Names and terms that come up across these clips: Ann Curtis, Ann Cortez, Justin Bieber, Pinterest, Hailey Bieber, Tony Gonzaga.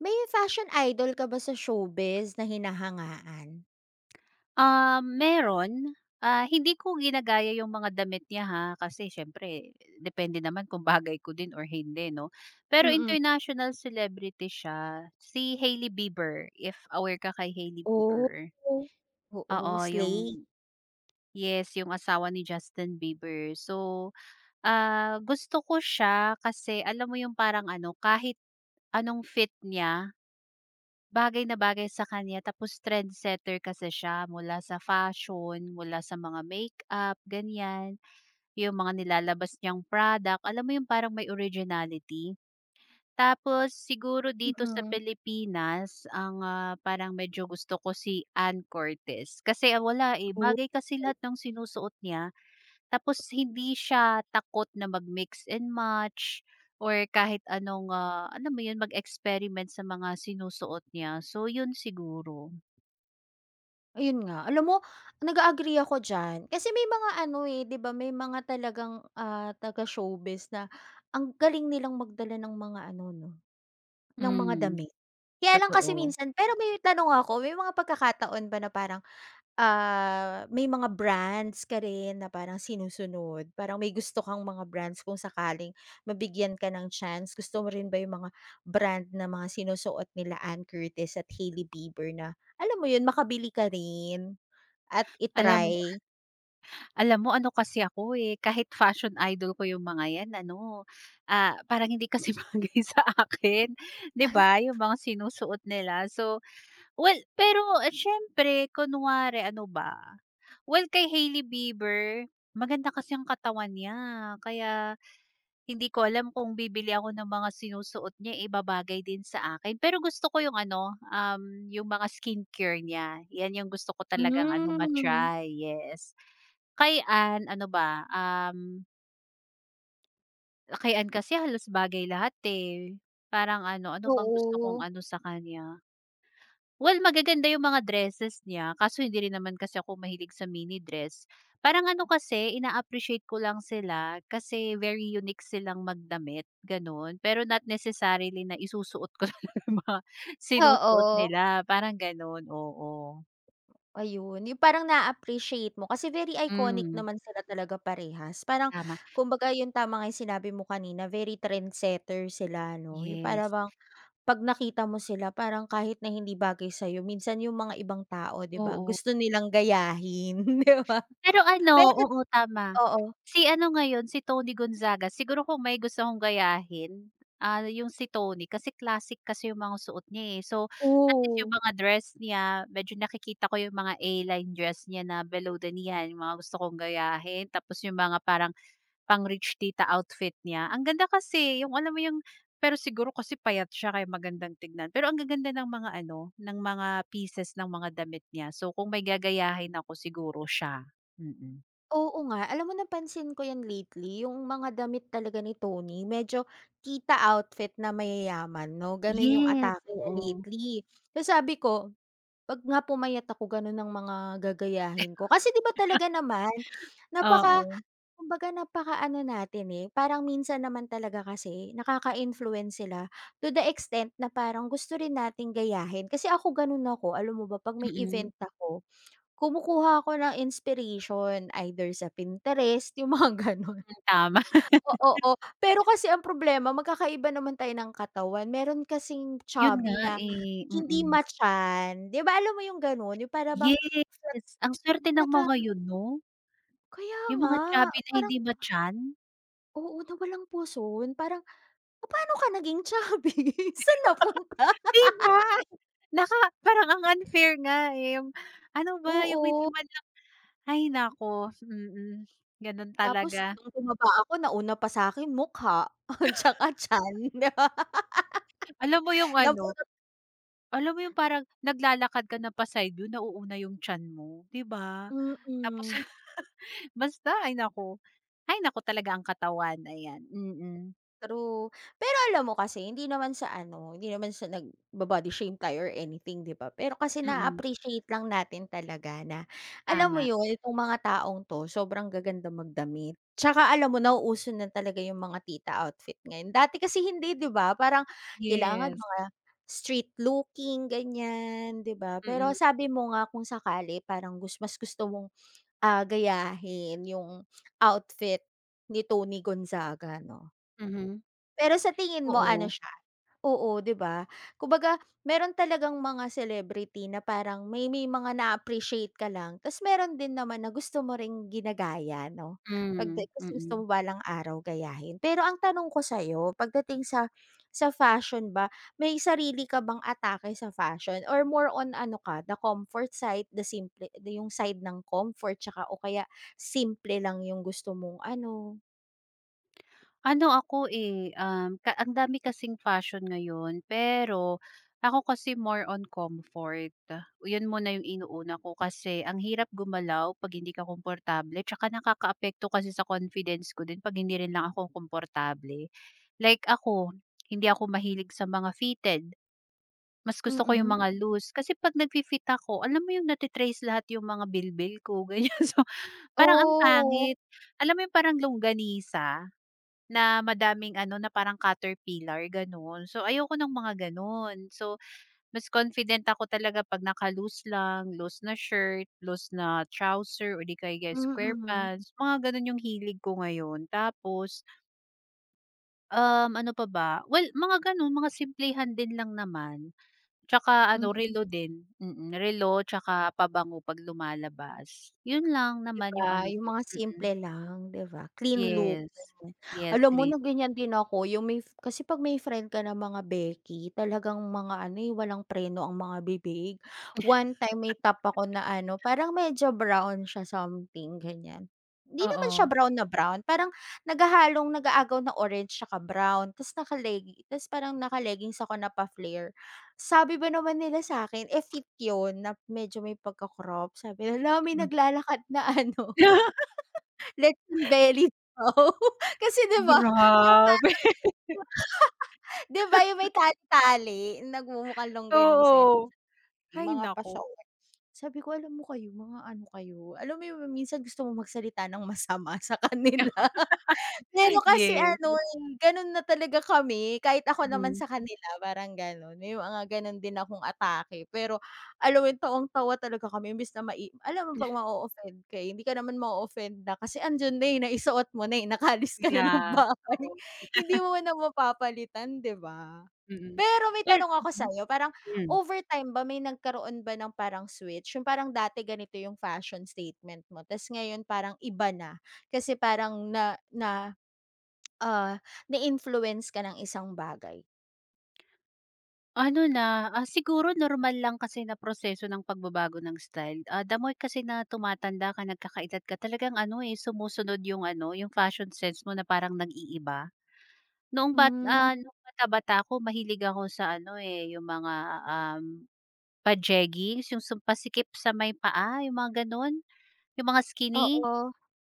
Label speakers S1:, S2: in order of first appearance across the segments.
S1: May fashion idol ka ba sa showbiz na hinahangaan?
S2: Ah, meron. Ah, hindi ko ginagaya yung mga damit niya ha, kasi siyempre depende naman kung bagay ko din or hindi 'no. Pero
S1: Mm.
S2: international celebrity siya, si Hailey Bieber, if aware ka kay Hailey
S1: Oh,
S2: Bieber.
S1: oo,
S2: Oo,
S1: Slay.
S2: yung yes, yung asawa ni Justin Bieber. So, ah, gusto ko siya kasi alam mo yung parang ano, kahit anong fit niya. Bagay na bagay sa kanya tapos trendsetter kasi siya mula sa fashion, mula sa mga makeup, ganyan. Yung mga nilalabas niyang product, alam mo yung parang may originality. Tapos siguro dito sa
S1: Mm.
S2: Pilipinas ang, ah, parang medyo gusto ko si Ann Cortez kasi, ah, wala, eh,
S1: Oh,
S2: bagay kasi lahat ng sinusuot niya. Tapos hindi siya takot na mag-mix and match or kahit anong, ah, alam mo yun, mag-experiment sa mga sinusuot niya. So yun siguro.
S1: ayun nga. Alam mo, nag-a-agree ako diyan, kasi may mga ano, eh, 'di ba, may mga talagang, ah, taga-showbiz na ang galing nilang magdala ng mga ano 'no, ng mga
S2: Hmm,
S1: damit. Kaya lang kasi
S2: totoo.
S1: minsan, pero may tanong ako. May mga pagkakataon ba na parang. Ah, may mga brands ka rin na parang sinusunod? Parang may gusto kang mga brands kung sakaling mabigyan ka ng chance, gusto mo rin ba yung mga brand na mga sinusuot nila Ann Curtis at Hailey Bieber na alam mo yun, makabili ka rin at
S2: Alam
S1: i-try?
S2: alam mo ano kasi ako, eh, kahit fashion idol ko yung mga yan ano, ah, parang hindi kasi bagay sa akin, 'di
S1: Ay,
S2: ba, yung mga sinusuot nila. So, well, pero eh siyempre kunwari ano ba, well, kay Hailey Bieber maganda kasi ang katawan niya kaya. Hindi ko alam kung bibili ako ng mga sinusuot niya, eh, babagay din sa akin. Pero gusto ko yung ano, yung mga skincare niya, 'yan yung gusto ko talagang ano
S1: hmm,
S2: ma-try, yes. Kay Ann ano ba, kay Ann kasi halos bagay lahat, eh. Parang ano, ano bang gusto
S1: oo.
S2: kong ano sa kanya? Well, magaganda yung mga dresses niya kaso hindi rin naman kasi ako mahilig sa mini dress. Parang ano kasi, ina-appreciate ko lang sila kasi very unique silang magdamit, gano'n. Pero not necessarily na isusuot ko talaga yung mga sinusuot
S1: Oo.
S2: nila, parang gano'n, oo.
S1: Ayun, yung parang na appreciate mo kasi very iconic
S2: Hmm,
S1: naman sila talaga parehas. Parang
S2: tama.
S1: kumbaga yung tama nga yung sinabi mo kanina, very trendsetter sila 'no, yung para
S2: Yes,
S1: bang 'pag nakita mo sila parang kahit na hindi bagay sa'yo minsan yung mga ibang tao 'di ba,
S2: oo.
S1: gusto nilang gayahin 'di ba?
S2: Pero
S1: Pero
S2: ano, oo tama.
S1: oo,
S2: Si ano ngayon, si Tony Gonzaga siguro kung may gusto akong gayahin, ah, yung si Tony kasi classic kasi yung mga suot niya, eh. So, at least
S1: oo,
S2: yung mga dress niya medyo nakikita ko yung mga A-line dress niya na below the knee, yan yung mga gusto kong gayahin. Tapos yung mga parang pang rich tita outfit niya, ang ganda kasi yung alam mo yung pero siguro kasi payat siya kaya magandang tignan, pero ang gaganda ng mga ano, ng mga pieces ng mga damit niya. So kung may gagayahin ako siguro siya, mm.
S1: oo nga. Alam mo, napansin ko 'yan lately, yung mga damit talaga ni Tony medyo kita outfit na mayayaman 'no, gano'n yung
S2: Yes,
S1: atake niya
S2: oo.
S1: lately. So sabi ko, 'Pag nga pumayat ako, gano'n ang mga gagayahin ko. Kasi 'di ba, talaga naman napaka
S2: Oo,
S1: kumbaga napakaano natin, eh, parang minsan naman talaga kasi nakaka-influence sila to the extent na parang gusto rin nating gayahin. Kasi ako, gano'n ako. Alam mo ba, 'pag may event
S2: mm.
S1: ako, kumukuha ako ng inspiration either sa Pinterest, yung mga gano'n.
S2: Mm, tama.
S1: O, oo, pero kasi ang problema, magkakaiba naman tayo ng katawan. Meron kasing
S2: Yun
S1: chubby
S2: nga,
S1: na
S2: eh,
S1: hindi
S2: mm.
S1: ma-chan, 'di ba, alam mo yung gano'n, yung para bang flat
S2: Yes, ang swerte ng
S1: naka
S2: mga yun 'no,
S1: kaya
S2: yung
S1: nga,
S2: mga chubby na
S1: parang
S2: hindi ma-tiyan.
S1: oo, na walang puson, parang papaano ka naging chubby? Saan napunta?
S2: 'Di ba? Naka parang ang unfair nga, eh, yung ano ba yung may
S1: Oo,
S2: timan. Ay naku, mm. Gano'n
S1: tapos
S2: talaga.
S1: nung tumaba ako, nauna pa sa'kin mukha, 'tsaka tiyan, 'di ba?
S2: Alam mo yung
S1: Napu
S2: ano, alam mo yung parang naglalakad ka na pa-side view nauuna yung tiyan mo, 'di ba? Tapos
S1: Mm,
S2: basta ay naku talaga ang katawan, ayan. Mm,
S1: true. Pero alam mo, kasi hindi naman sa ano, hindi naman sa nagba-body shame tayo or anything 'di ba? Pero kasi na
S2: mm.
S1: appreciate lang natin talaga na alam mo
S2: Tama.
S1: 'yun, itong mga taong 'to sobrang gaganda magdamit. Tsaka alam mo, nauuso na talaga yung mga tita outfit ngayon. Dati kasi hindi, 'di ba? Parang kailangan
S2: Yes.
S1: mga street looking, ganiyan, 'di ba? Pero
S2: Mm,
S1: sabi mo nga, kung sakali parang mas gusto mong. Ah, gayahin yung outfit ni Tony Gonzaga 'no.
S2: mhm.
S1: Pero sa tingin mo ano
S2: Oo.
S1: siya, oo, 'di ba? Kumbaga meron talagang mga celebrity na parang may mga na-appreciate ka lang ta's meron din naman na gusto mo ring ginagaya 'no?
S2: Hmm,
S1: Pagdating di gusto mo
S2: mm.
S1: balang araw gayahin. Pero ang tanong ko sa'yo, pagdating sa fashion ba, may sarili ka bang atake sa fashion or more on ano ka, the comfort side, the simple yung side ng comfort tsaka o kaya simple lang yung gusto mong ano?
S2: Ano ako, eh, ka ang dami kasing fashion ngayon, pero ako kasi more on comfort. 'Yun muna 'yung inuuna ko kasi ang hirap gumalaw 'pag hindi ka komportable, tsaka nakakaapekto kasi sa confidence ko din 'pag hindi rin lang ako komportable. Like ako, hindi ako mahilig sa mga fitted. Mas gusto ko 'yung
S1: Mm.
S2: mga loose, kasi 'pag nagfi-fit ako, alam mo 'yung nate lahat 'yung mga bilbil ko, ganiyan. So, parang ang
S1: Oo.
S2: pangit. Alam mo 'yung parang longganisa? Na madaming ano, na parang caterpillar, gano'n. So, ayoko ng mga gano'n. So, mas confident ako talaga 'pag naka-loose lang, loose na shirt, loose na trouser o di kaya kaya square
S1: Mm,
S2: pants, mga gano'n yung hilig ko ngayon. Tapos, ano pa ba? Well, mga gano'n, mga simplehan din lang naman. Tsaka
S1: mm,
S2: ano, relo din, mm, mm, relo tsaka pabango 'pag lumalabas. Yun lang
S1: 'di
S2: naman yung
S1: ba,
S2: ano
S1: yung
S2: ko,
S1: mga
S2: mm. Mm.
S1: simple lang, 'di ba, clean look,
S2: Yes.
S1: ganyan.
S2: Yes,
S1: Alam mo, na
S2: please.
S1: ganyan din ako, yung may f kasi 'pag may friend ka na mga beki talagang mga ano, eh, walang preno ang mga bibig. One time may top ako na ano, parang medyo brown siya something, ganyan. Hindi naman siya
S2: Oo,
S1: brown na brown, parang naghahalong nag-aagaw ng orange 'tsaka brown, ta's naka-leggi ta's parang naka-leggings ako na pa-flare. Sabi ba naman nila sa'kin, eh, fit yun na medyo may pagka-crop. Sabi nila, "Hala, may
S2: mm.
S1: naglalakad na ano, lechon belly daw." Kasi 'di ba yung
S2: Grabe,
S1: parang, 'di ba yung may tali-tali, nagmumukhang longganisa yun,
S2: oo.
S1: yung
S2: Ay
S1: mga
S2: naku.
S1: pasyaw. Sabi ko, "Alam mo kayo, mga ano kayo." Alam mo yung minsan gusto mong magsalita ng masama sa kanila. Pero kasi
S2: Yes,
S1: ano, eh, gano'n na talaga kami, kahit ako naman
S2: mm.
S1: sa kanila parang gano'n, may mga gano'n din akong atake. Pero alam mo 'yun, tawang-tawa talaga kami imbes na alam mo 'pag ma-o-offend ka, eh, hindi ka naman ma-o-offend na kasi andiyan na, eh, naisuot mo na, eh, nakalis ka na ng
S2: Yeah,
S1: bahay,
S2: oo,
S1: hindi mo na mapapalitan, 'di ba?
S2: mm.
S1: Pero may
S2: Per
S1: tanong ako
S2: mhm,
S1: sa'yo, parang
S2: hmm.
S1: overtime ba may nagkaroon ba ng parang switch, yung parang dati ganito yung fashion statement mo ta's ngayon parang iba na, kasi parang na na. Ah, na-influence ka ng isang bagay.
S2: Ano na, ah, siguro normal lang kasi na proseso ng pagbabago ng style. Ah, the more kasi na tumatanda ka, nagkakaedad ka, talagang ano, eh, sumusunod yung ano, yung fashion sense mo na parang nag-iiba. Noong bat
S1: Hmm.
S2: ah, mm. No'ng bata-bata ako mahilig ako sa ano, eh, yung mga, um, pa-jeggings, yung sum pasikip sa may paa, yung mga gano'n. Yung mga skinny,
S1: Oo,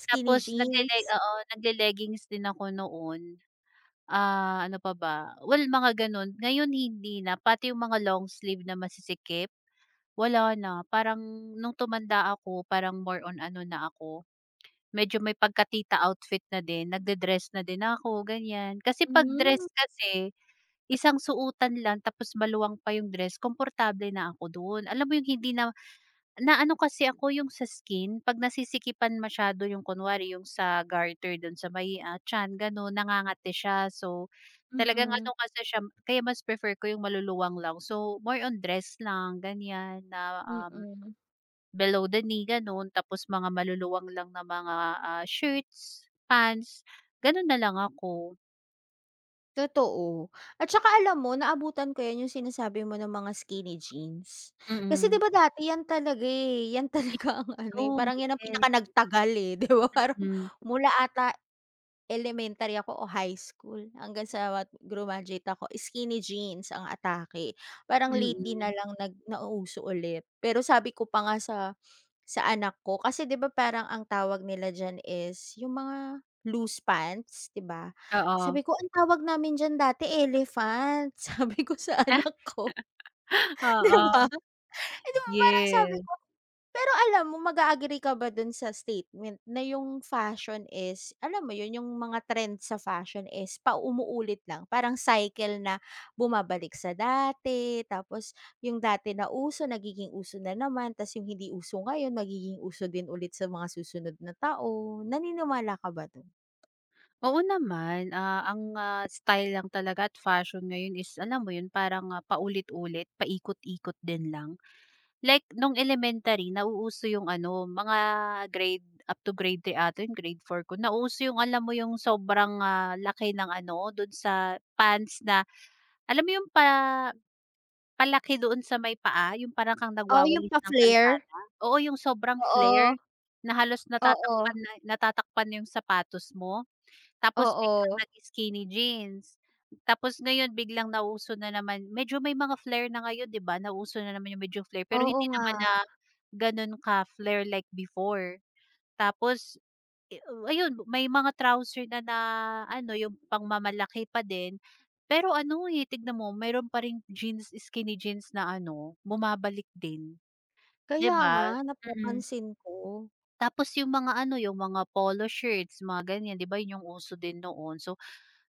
S1: skinny
S2: tapos nagle-le
S1: jeans.
S2: oo, nagle-leggings din ako noon. Ah, ano pa ba? Well, mga gano'n. Ngayon hindi na, pati yung mga long sleeve na masisikip, wala na. Parang nung tumanda ako, parang more on ano na ako, medyo may pagka-tita outfit na din, nagde-dress na din ako, ganyan. Kasi 'pag
S1: Hmm,
S2: dress kasi, isang suotan lang tapos maluwang pa yung dress, komportable na ako do'n. Alam mo yung hindi na. Naano kasi ako yung sa skin, 'pag nasisikipan masyado yung kunwari yung sa garter don sa may, ah, tiyan gano'n, nangangati siya. So, talagang
S1: mm,
S2: ano kasi siya kaya mas prefer ko yung maluluwang lang. So, more on dress lang ganyan na,
S1: mm.
S2: below the knee gano'n, tapos mga maluluwang lang na mga, ah, shirts, pants, gano'n na lang ako.
S1: Totoo. At saka alam mo, naabutan ko 'yan, yung sinasabi mo ng mga skinny jeans. Kasi 'di
S2: Mm.
S1: ba dati 'yan talaga, eh, 'yan
S2: Yun
S1: talaga ang ano, eh,
S2: so
S1: parang 'yan ang
S2: yes.
S1: pinakanagtagal, eh, 'di ba, parang
S2: Hmm,
S1: mula ata elementary ako o high school hanggang sa grumaduate ako, skinny jeans ang atake. Parang lately na
S2: mm.
S1: lang nauuso ulit. Pero sabi ko pa nga sa anak ko, kasi 'di ba, parang ang tawag nila diyan is yung mga loose pants, 'di ba?
S2: Oo.
S1: Sabi ko, "Ang tawag namin diyan dati elephant." Sabi ko sa anak ko, 'di
S2: Oo,
S1: ba? Eh, 'di ba parang sabi
S2: yes.
S1: ko, pero alam mo, mag-a-agree ka ba dun sa statement na yung fashion is alam mo yun, yung mga trend sa fashion is paumuulit lang, parang cycle na bumabalik sa dati, tapos yung dati na uso nagiging uso na naman, tas yung hindi uso ngayon magiging uso din ulit sa mga susunod na taon. Naniniwala ka ba dun?
S2: Oo naman, ah, ang, ah, style lang talaga at fashion ngayon is alam mo yun parang, ah, paulit-ulit, paikot-ikot din lang. Like nung elementary nauuso yung ano, mga grade up to grade 3 ata yun, grade four ko, nauso yung alam mo yung sobrang, ah, laki ng ano, dun sa pants na alam mo yung pa palaki doon sa may paa, yung parang kang
S1: Oo, yung
S2: nagwawalis ng
S1: pa-flare?
S2: kalsada? Oo, yung sobrang
S1: Oo,
S2: flare na halos
S1: oo,
S2: natatakpan yung sapatos mo. Tapos biglang
S1: oo.
S2: nag-skinny jeans. Tapos ngayon biglang nauso na naman medyo may mga flare na ngayon 'di ba, nauso na naman yung medyo flare pero
S1: Oo
S2: hindi
S1: nga,
S2: naman na gano'n ka-flare like before. Tapos, eh, ayun may mga trouser na na ano yung pangmamalaki pa din. Pero ano, eh, tignan mo meron pa ring jeans, skinny jeans na ano bumabalik din, 'di
S1: kaya nga
S2: ba? Mm.
S1: napapansin ko.
S2: Tapos yung mga ano, yung mga polo shirts mga ganyan 'di ba yun yung uso din noon. So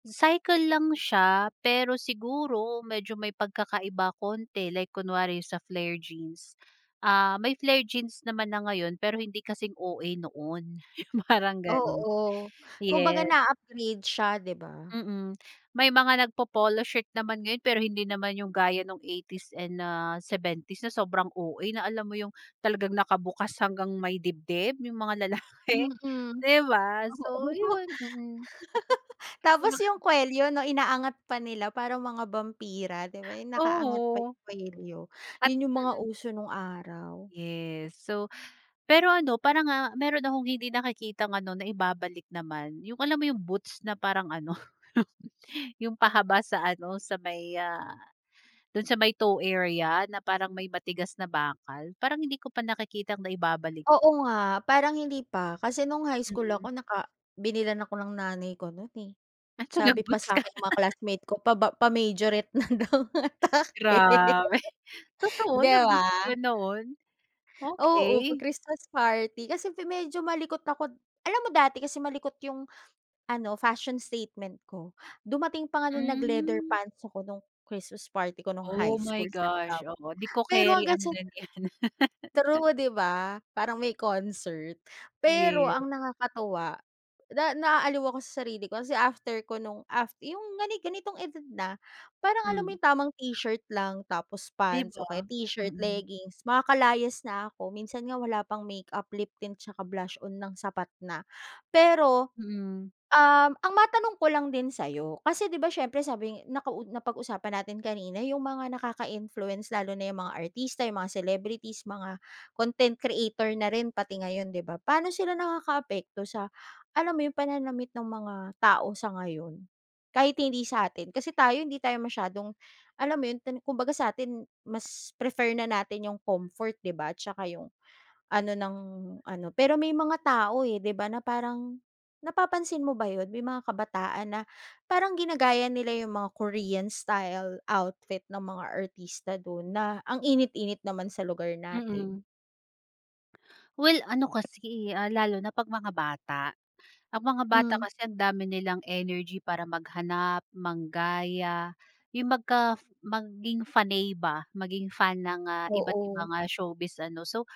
S2: cycle lang siya, pero siguro medyo may pagkakaiba konti like kunwari sa flare jeans. Ah, may flare jeans naman na ngayon pero hindi kasing OA noon, parang gano'n.
S1: Oo, kumbaga
S2: Yes,
S1: na-upgrade siya, 'di ba?
S2: mm. May mga nagpo-polo shirt naman ngayon pero hindi naman yung gaya nung 80s and, ah, 70s na sobrang OA na alam mo yung talagang nakabukas hanggang may dibdib yung mga lalaki,
S1: Mm.
S2: 'di ba?
S1: Oo,
S2: So yun, mm.
S1: tapos yung kuwelyo 'no, inaangat pa nila parang mga bampira, 'di ba, yung nakaangat pa
S2: Oo,
S1: yung kuwelyo,
S2: at
S1: yun yung mga
S2: mm.
S1: uso nung araw.
S2: Yes. So, pero ano parang, ah, meron akong hindi nakikitang ano, na ibabalik naman, yung alam mo yung boots na parang ano, yung pahaba sa ano, sa may, ah, dun sa may toe area na parang may matigas na bakal, parang hindi ko pa nakikitang naibabalik.
S1: Oo nga, parang hindi pa, kasi nung high school
S2: Mm.
S1: ako binilhan ako ng nanay ko nun, eh.
S2: Ah, so
S1: Sabi pa
S2: nag-boots ka?
S1: sa'kin ng mga classmate ko, Pa-majorette na daw ang atake."
S2: Grabe. Totoo
S1: 'Di ba?
S2: nag-boots ka noon?
S1: Oo, 'pag
S2: Okey.
S1: Christmas party kasi medyo malikot ako, alam mo dati kasi malikot yung ano, fashion statement ko. Dumating pa nga na nag-leather
S2: Hmm.
S1: pants ako nung Christmas party ko nung
S2: Oh
S1: high
S2: my
S1: school sa
S2: gosh,
S1: Ligawan.
S2: oo, 'di ko
S1: Pero
S2: keri
S1: hanggang
S2: ang
S1: sa
S2: ganyan.
S1: true, 'di ba? Parang may concert. Pero
S2: Yes.
S1: ang nakakatuwa na naaaliw ako sa sarili ko kasi after ko nung after yung gani ganitong edad na, parang alam mo
S2: Hmm.
S1: yung tamang t-shirt lang tapos
S2: 'Di
S1: pants o
S2: ba?
S1: kaya t-shirt,
S2: Mm.
S1: leggings, makakalayas na ako minsan nga wala pang makeup, lip tint, tsaka blush on ng sapat na. Pero
S2: Mm.
S1: um, ang matanong ko lang din sa'yo, kasi 'di ba siyempre sabi napag-usapan natin kanina yung mga nakaka-influence lalo na yung mga artista, yung mga celebrities, mga content creator na rin pati ngayon, 'di ba? Paano sila nakakaapekto sa alam mo yung pananamit ng mga tao sa ngayon? Kahit hindi sa atin, kasi tayo hindi tayo masyadong alam mo yun, kumbaga sa atin mas prefer na natin yung comfort, 'di ba? Tsaka yung ano ng ano, pero may mga tao, eh, 'di ba, na parang napapansin mo ba 'yun, may mga kabataan na parang ginagaya nila yung mga Korean style outfit ng mga artista dun na ang init-init naman sa lugar natin.
S2: Mm. Well, ano kasi, eh, ah, lalo na 'pag mga bata. Ang mga bata
S1: Hmm,
S2: kasi ang dami nilang energy para maghanap, manggaya, yung magka maging faney ba, maging fan ng, ah, iba't
S1: oo.
S2: ibang, ah, showbiz ano. So,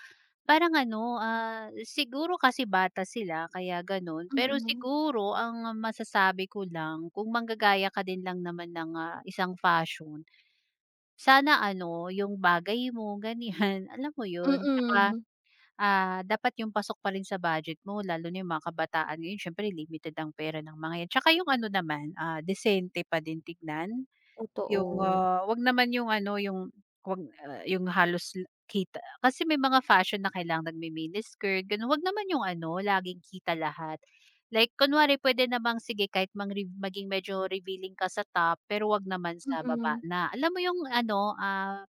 S2: parang ano, ah, siguro kasi bata sila kaya gano'n. Pero
S1: Mm,
S2: siguro ang masasabi ko lang kung manggagaya ka din lang naman ng, ah, isang fashion, sana ano, yung bagay mo ganiyan, alam mo yun? Tsaka
S1: mm.
S2: ah, dapat yung pasok pa rin sa budget mo lalo na yung mga kabataan ngayon siyempre limited ang pera ng mga 'yan. Tsaka yung ano naman, ah, disente pa din tignan. Yung,
S1: Totoo.
S2: ah, 'wag naman yung ano, yung 'wag, ah, yung halos l- kita kasi may mga fashion na kailangang nagmi-miniskirt gano'n. 'Wag naman yung ano, laging kita lahat. Like kunwari puwede namang sige kahit mang re maging medyo revealing ka sa top, pero 'wag naman sa baba
S1: Mm,
S2: na. Alam mo yung ano, ah,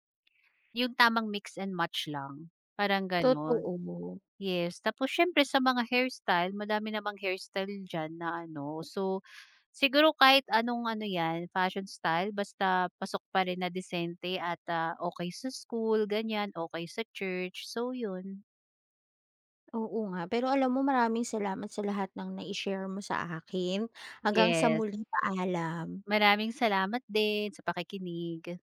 S2: yung tamang mix and match lang, parang gano'n.
S1: totoo.
S2: Yes, tapos siyempre sa mga hairstyle madami namang hairstyle diyan na ano, so siguro kahit anong ano 'yan fashion style basta pasok pa rin na disente at, ah, okey sa school ganyan, okey sa church, so 'yun.
S1: Oo nga, pero alam mo, maraming salamat sa lahat ng nai-share mo sa akin. Hanggang sa
S2: Yes,
S1: muli, paalam.
S2: maraming salamat din sa pakikinig.